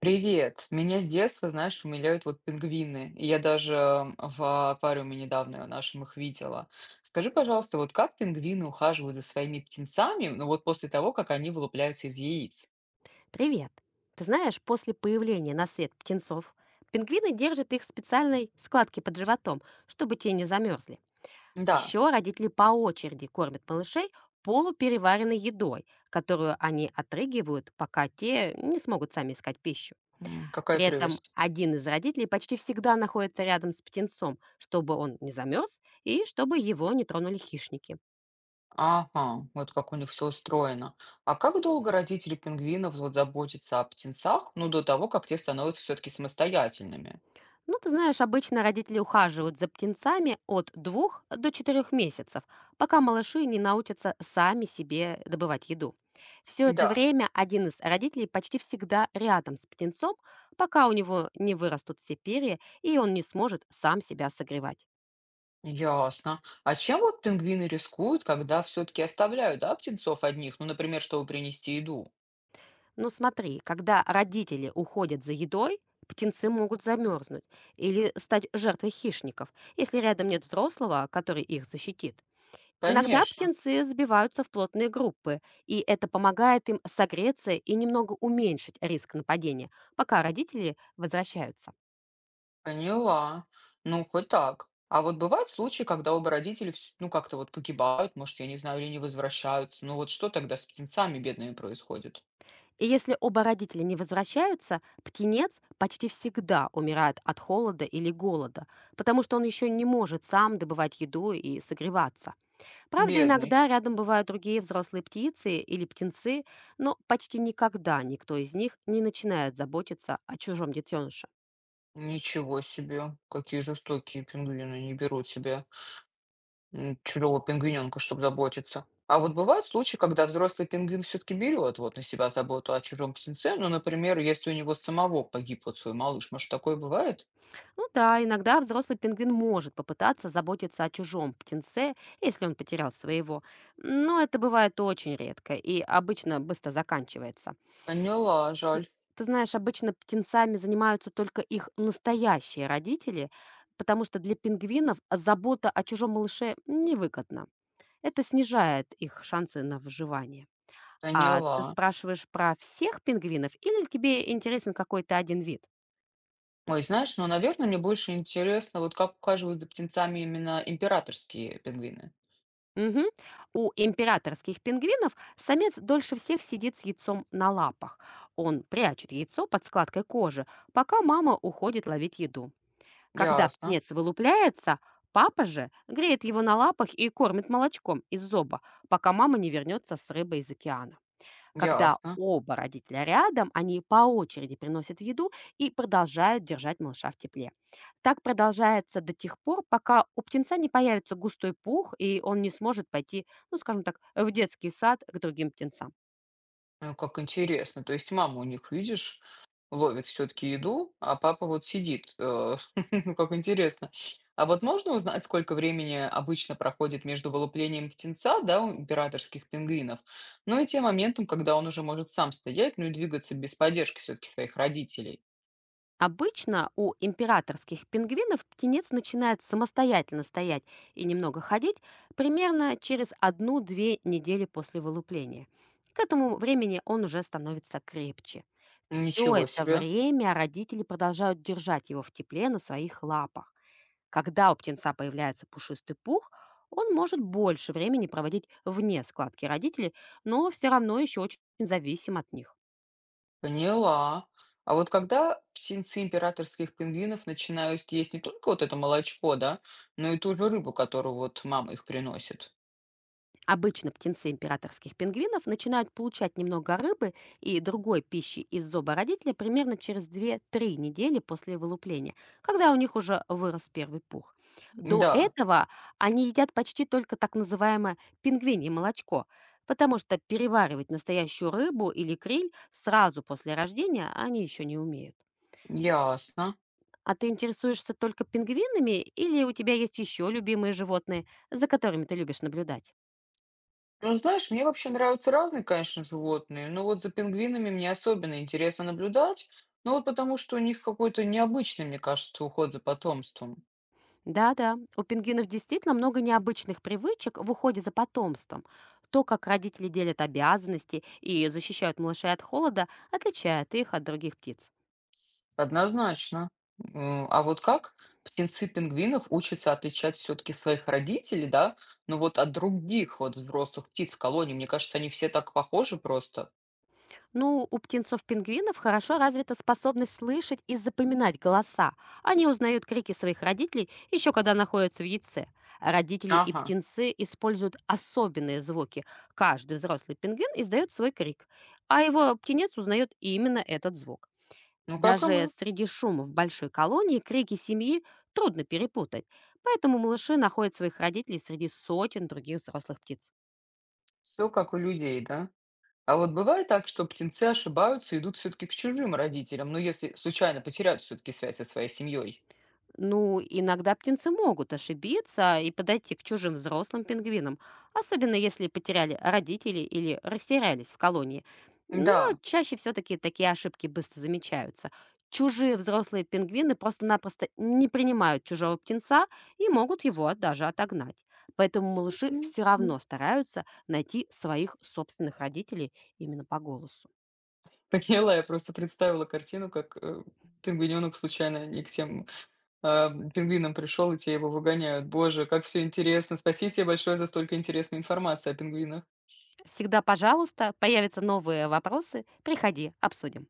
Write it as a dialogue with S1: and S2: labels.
S1: Привет! Меня с детства, знаешь, умиляют вот пингвины. И я даже в аквариуме недавно нашем их видела. Скажи, пожалуйста, вот как пингвины ухаживают за своими птенцами, ну вот после того, как они вылупляются из яиц?
S2: Привет! Ты знаешь, после появления на свет птенцов, пингвины держат их в специальной складке под животом, чтобы те не замерзли.
S1: Да.
S2: Еще родители по очереди кормят малышей полупереваренной едой, которую они отрыгивают, пока те не смогут сами искать пищу.
S1: М, какая
S2: При этом
S1: прелесть.
S2: один из родителей почти всегда находится рядом с птенцом, чтобы он не замерз и чтобы его не тронули хищники.
S1: Ага, вот как у них все устроено. А как долго родители пингвинов вот заботятся о птенцах, ну, до того, как те становятся все-таки самостоятельными?
S2: Ну, ты знаешь, обычно родители ухаживают за птенцами от 2 до 4 месяцев, пока малыши не научатся сами себе добывать еду. Все это
S1: Да.
S2: время один из родителей почти всегда рядом с птенцом, пока у него не вырастут все перья и он не сможет сам себя согревать.
S1: Ясно. А чем вот пингвины рискуют, когда все-таки оставляют, да, птенцов одних? Ну, например, чтобы принести еду.
S2: Но смотри, когда родители уходят за едой, птенцы могут замерзнуть или стать жертвой хищников, если рядом нет взрослого, который их защитит. Иногда
S1: Конечно,
S2: птенцы сбиваются в плотные группы, и это помогает им согреться и немного уменьшить риск нападения, пока родители возвращаются.
S1: поняла. Ну, хоть так. А вот бывают случаи, когда оба родителя, ну, как-то вот погибают, может, я не знаю, или не возвращаются. Ну, вот что тогда с птенцами бедными происходит?
S2: И если оба родителя не возвращаются, птенец почти всегда умирает от холода или голода, потому что он еще не может сам добывать еду и согреваться. Правда,
S1: Бедный.
S2: иногда рядом бывают другие взрослые птицы или птенцы, но почти никогда никто из них не начинает заботиться о чужом детеныше.
S1: Ничего себе. Какие жестокие пингвины, не беру тебя. М, чужого пингвинёнка, чтоб заботиться. А вот бывают случаи, когда взрослый пингвин все таки берет вот на себя заботу о чужом птенце, ну, например, если у него самого погиб вот свой малыш, может, такое бывает?
S2: Ну да, иногда взрослый пингвин может попытаться заботиться о чужом птенце, если он потерял своего. Но это бывает очень редко и обычно быстро заканчивается.
S1: Поняла,
S2: Т-
S1: жаль,
S2: Ты знаешь, обычно птенцами занимаются только их настоящие родители, потому что для пингвинов забота о чужом малыше невыгодна. Это снижает их шансы на выживание. А ты
S1: поняла.
S2: спрашиваешь про всех пингвинов или тебе интересен какой-то один вид?
S1: Ой, знаешь, ну, наверное, мне больше интересно, вот как ухаживают за птенцами именно императорские пингвины.
S2: Мгм. У императорских пингвинов самец дольше всех сидит с яйцом на лапах. Он прячет яйцо под складкой кожи, пока мама уходит ловить еду. Когда
S1: Ясно,
S2: птенец вылупляется, папа же греет его на лапах и кормит молочком из зоба, пока мама не вернется с рыбой из океана. Когда
S1: ясно.
S2: оба родителя рядом, они по очереди приносят еду и продолжают держать малыша в тепле. Так продолжается до тех пор, пока у птенца не появится густой пух, и он не сможет пойти, ну, скажем так, в детский сад к другим птенцам.
S1: А, как интересно. То есть мама у них, видишь, ловит все-таки еду, а папа вот сидит. Ну, как интересно. А вот можно узнать, сколько времени обычно проходит между вылуплением птенца, да, у императорских пингвинов, ну и тем моментом, когда он уже может сам стоять, ну и двигаться без поддержки все-таки своих родителей?
S2: Обычно у императорских пингвинов птенец начинает самостоятельно стоять и немного ходить примерно через 1-2 недели после вылупления. К этому времени он уже становится крепче. Все
S1: Ничего
S2: это
S1: себе.
S2: время родители продолжают держать его в тепле на своих лапах. Когда у птенца появляется пушистый пух, он может больше времени проводить вне складки родителей, но все равно еще очень зависим от них.
S1: Поняла. А вот когда птенцы императорских пингвинов начинают есть не только вот это молочко, да, но и ту же рыбу, которую вот мама их приносит?
S2: Обычно птенцы императорских пингвинов начинают получать немного рыбы и другой пищи из зоба родителя примерно через 2-3 недели после вылупления, когда у них уже вырос первый пух. До
S1: Да.
S2: этого они едят почти только так называемое пингвинье молочко, потому что переваривать настоящую рыбу или криль сразу после рождения они еще не умеют.
S1: Ясно.
S2: А ты интересуешься только пингвинами или у тебя есть еще любимые животные, за которыми ты любишь наблюдать?
S1: Ну, знаешь, мне вообще нравятся разные, конечно, животные, но вот за пингвинами мне особенно интересно наблюдать, ну вот потому что у них какой-то необычный, мне кажется, уход за потомством.
S2: Да-да, у пингвинов действительно много необычных привычек в уходе за потомством. То, как родители делят обязанности и защищают малышей от холода, отличает их от других птиц.
S1: Однозначно. М, а вот как птенцы пингвинов учатся отличать все-таки своих родителей, да, ну вот от других вот взрослых птиц в колонии? Мне кажется, они все так похожи просто.
S2: Ну, у птенцов-пингвинов хорошо развита способность слышать и запоминать голоса. Они узнают крики своих родителей еще когда находятся в яйце. Родители и
S1: Ага,
S2: птенцы используют особенные звуки. Каждый взрослый пингвин издает свой крик, а его птенец узнает именно этот звук.
S1: ну как и
S2: Даже
S1: мы,
S2: среди шума в большой колонии крики семьи трудно перепутать, поэтому малыши находят своих родителей среди сотен других взрослых птиц.
S1: все как у людей, да? А вот бывает так, что птенцы ошибаются и идут все-таки к чужим родителям, ну, если случайно потеряют все-таки связь со своей семьей.
S2: Ну, иногда птенцы могут ошибиться и подойти к чужим взрослым пингвинам, особенно если потеряли родителей или растерялись в колонии. Но
S1: Да.
S2: чаще все-таки такие ошибки быстро замечаются. Чужие взрослые пингвины просто-напросто не принимают чужого птенца и могут его даже отогнать. Поэтому малыши
S1: Мгм.
S2: все
S1: Мгм.
S2: равно стараются найти своих собственных родителей именно по голосу.
S1: Поняла, я просто представила картину, как пингвиненок случайно не к тем пингвинам пришел, и те его выгоняют. Боже, как все интересно. Спасибо тебе большое за столько интересной информации о пингвинах.
S2: Всегда, пожалуйста, появятся новые вопросы, приходи, обсудим.